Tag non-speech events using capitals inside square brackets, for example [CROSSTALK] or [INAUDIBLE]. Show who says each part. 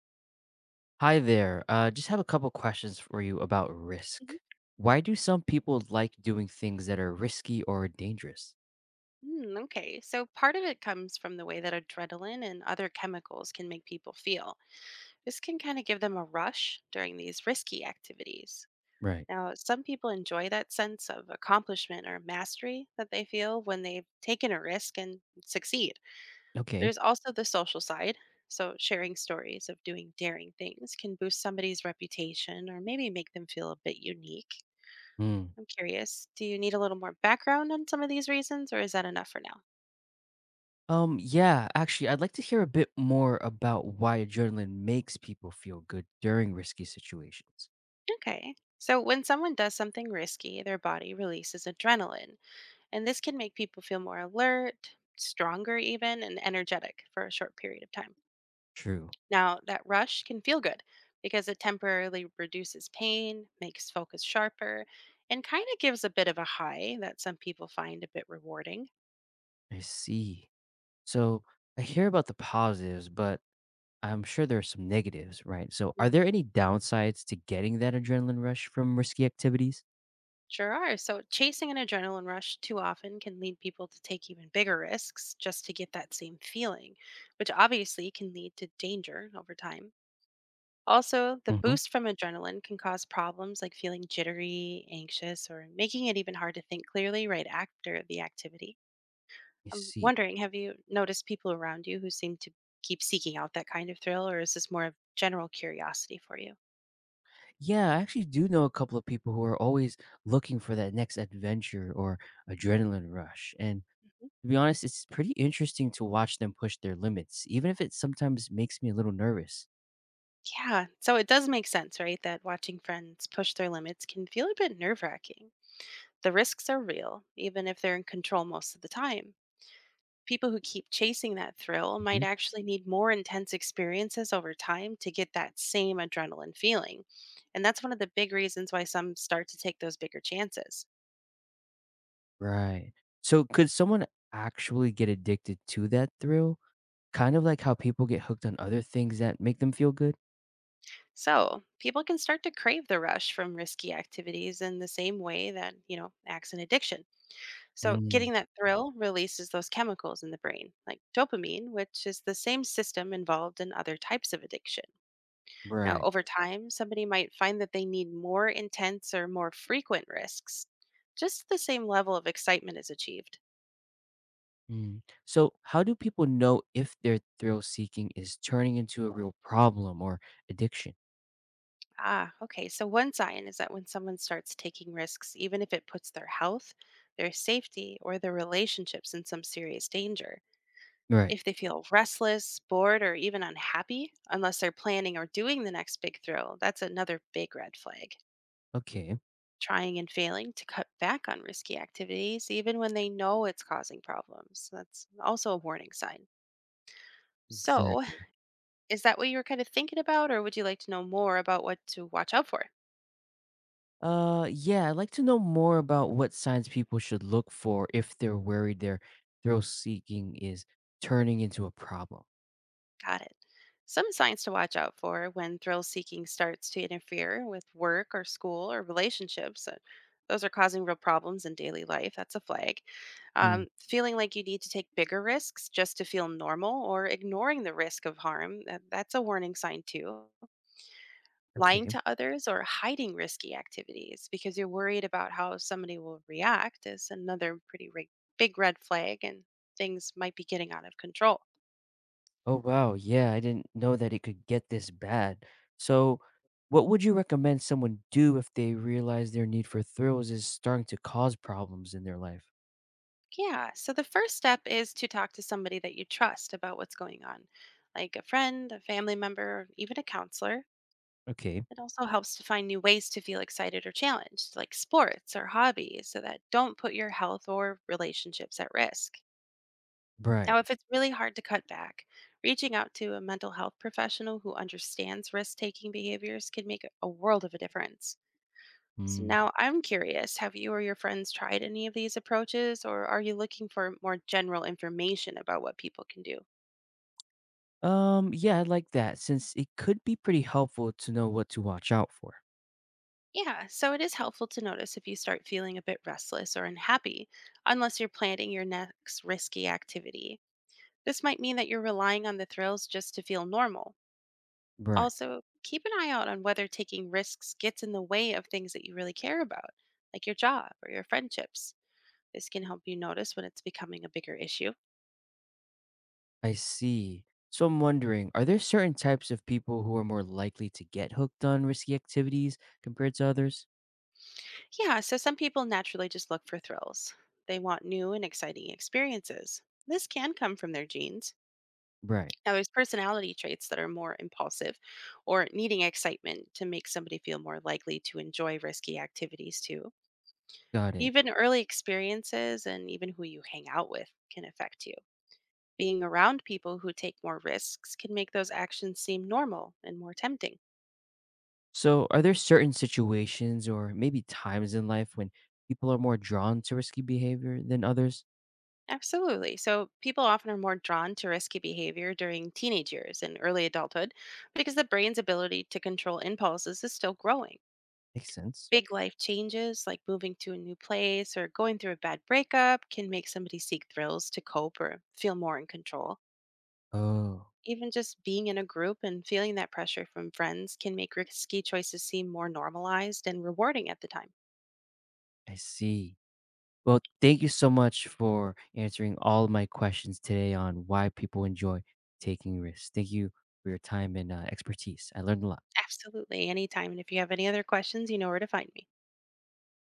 Speaker 1: Hi there. Just have a couple questions for you about risk.
Speaker 2: Mhm.
Speaker 1: Why do some people like doing things that are risky or dangerous?
Speaker 2: Okay, so part of it comes from the way that adrenaline and other chemicals can make people feel. This can kind of give them a rush during these risky activities.
Speaker 1: Right.
Speaker 2: Now, some people enjoy that sense of accomplishment or mastery that they feel when they've taken a risk and succeed.
Speaker 1: Okay.
Speaker 2: There's also the social side. So, sharing stories of doing daring things can boost somebody's reputation or maybe make them feel a bit unique.
Speaker 1: Hmm.
Speaker 2: I'm curious, do you need a little more background on some of these reasons, or is that enough for now?
Speaker 1: Yeah, actually, I'd like to hear a bit more about why adrenaline makes people feel good during risky situations.
Speaker 2: Okay. So, when someone does something risky, their body releases adrenaline, and this can make people feel more alert, stronger, even, and energetic for a short period of time.
Speaker 1: True.
Speaker 2: Now, that rush can feel good because it temporarily reduces pain, makes focus sharper, and kind of gives a bit of a high that some people find a bit rewarding.
Speaker 1: I see. So I hear about the positives, but I'm sure there are some negatives, right? So are
Speaker 2: Mm,
Speaker 1: there any downsides to getting that adrenaline rush from risky activities?
Speaker 2: Sure are. So, chasing an adrenaline rush too often can lead people to take even bigger risks just to get that same feeling, which obviously can lead to danger over time. Also, the
Speaker 1: Hmm.
Speaker 2: boost from adrenaline can cause problems like feeling jittery, anxious, or making it even hard to think clearly right after the activity.
Speaker 1: I
Speaker 2: I'm
Speaker 1: see.
Speaker 2: wondering, have you noticed people around you who seem to keep seeking out that kind of thrill, or is this more of general curiosity for you?
Speaker 1: Yeah, I actually do know a couple of people who are always looking for that next adventure or adrenaline rush. And
Speaker 2: Mhm.
Speaker 1: to be honest, it's pretty interesting to watch them push their limits, even if it sometimes makes me a little nervous.
Speaker 2: Yeah, so it does make sense, right, that watching friends push their limits can feel a bit nerve wracking. The risks are real, even if they're in control most of the time people who keep chasing that thrill might
Speaker 1: Hmm.
Speaker 2: actually need more intense experiences over time to get that same adrenaline feeling. And that's one of the big reasons why some start to take those bigger chances.
Speaker 1: Right. So, could someone actually get addicted to that thrill? Kind of like how people get hooked on other things that make them feel good?
Speaker 2: So, people can start to crave the rush from risky activities in the same way that, acts in addiction. So,
Speaker 1: Mm,
Speaker 2: getting that thrill releases those chemicals in the brain, like dopamine, which is the same system involved in other types of addiction. Now,
Speaker 1: right.
Speaker 2: over time, somebody might find that they need more intense or more frequent risks. Just the same level of excitement is achieved.
Speaker 1: Mm. So, how do people know if their thrill seeking is turning into a real problem or addiction?
Speaker 2: Ah, okay. So, one sign is that when someone starts taking risks, even if it puts their health, their safety, or their relationships in some serious danger,
Speaker 1: Right.
Speaker 2: if they feel restless, bored, or even unhappy, unless they're planning or doing the next big thrill, that's another big red flag.
Speaker 1: Okay.
Speaker 2: Trying and failing to cut back on risky activities, even when they know it's causing problems. That's also a warning sign. So,
Speaker 1: Exactly.
Speaker 2: [LAUGHS] is that what you were kind of thinking about, or would you like to know more about what to watch out for?
Speaker 1: Yeah, I'd like to know more about what signs people should look for if they're worried their thrill seeking is turning into a problem.
Speaker 2: Got it. Some signs to watch out for when thrill seeking starts to interfere with work or school or relationships. Those are causing real problems in daily life. That's a flag.
Speaker 1: Hmm.
Speaker 2: Feeling like you need to take bigger risks just to feel normal or ignoring the risk of harm. That's a warning sign, too. Lying
Speaker 1: Okay.
Speaker 2: to others or hiding risky activities because you're worried about how somebody will react is another big red flag, and things might be getting out of control.
Speaker 1: Oh, wow. Yeah, I didn't know that it could get this bad. So, what would you recommend someone do if they realize their need for thrills is starting to cause problems in their life?
Speaker 2: Yeah, so the first step is to talk to somebody that you trust about what's going on, like a friend, a family member, even a counselor.
Speaker 1: Okay.
Speaker 2: It also helps to find new ways to feel excited or challenged, like sports or hobbies, so that don't put your health or relationships at risk.
Speaker 1: Right.
Speaker 2: Now, if it's really hard to cut back, reaching out to a mental health professional who understands risk taking behaviors can make a world of a difference. So,
Speaker 1: Hmm.
Speaker 2: now I'm curious, have you or your friends tried any of these approaches, or are you looking for more general information about what people can do?
Speaker 1: Yeah, I like that since it could be pretty helpful to know what to watch out for.
Speaker 2: Yeah, so it is helpful to notice if you start feeling a bit restless or unhappy, unless you're planning your next risky activity. This might mean that you're relying on the thrills just to feel normal.
Speaker 1: Right.
Speaker 2: Also, keep an eye out on whether taking risks gets in the way of things that you really care about, like your job or your friendships. This can help you notice when it's becoming a bigger issue.
Speaker 1: I see. So I'm wondering, are there certain types of people who are more likely to get hooked on risky activities compared to others?
Speaker 2: Yeah, so some people naturally just look for thrills. They want new and exciting experiences. This can come from their genes.
Speaker 1: Right.
Speaker 2: Now, there's personality traits that are more impulsive or needing excitement to make somebody feel more likely to enjoy risky activities, too.
Speaker 1: Got it.
Speaker 2: Even early experiences and even who you hang out with can affect you. Being around people who take more risks can make those actions seem normal and more tempting.
Speaker 1: So are there certain situations or maybe times in life when people are more drawn to risky behavior than others?
Speaker 2: Absolutely. So, people often are more drawn to risky behavior during teenage years and early adulthood because the brain's ability to control impulses is still growing.
Speaker 1: Makes sense.
Speaker 2: Big life changes, like moving to a new place or going through a bad breakup, can make somebody seek thrills to cope or feel more in control.
Speaker 1: Oh,
Speaker 2: Even just being in a group and feeling that pressure from friends can make risky choices seem more normalized and rewarding at the time.
Speaker 1: I see. Well, thank you so much for answering all of my questions today on why people enjoy taking risks. Thank you for your time and expertise. I learned a lot.
Speaker 2: Absolutely, anytime. And if you have any other questions, you know where to find me.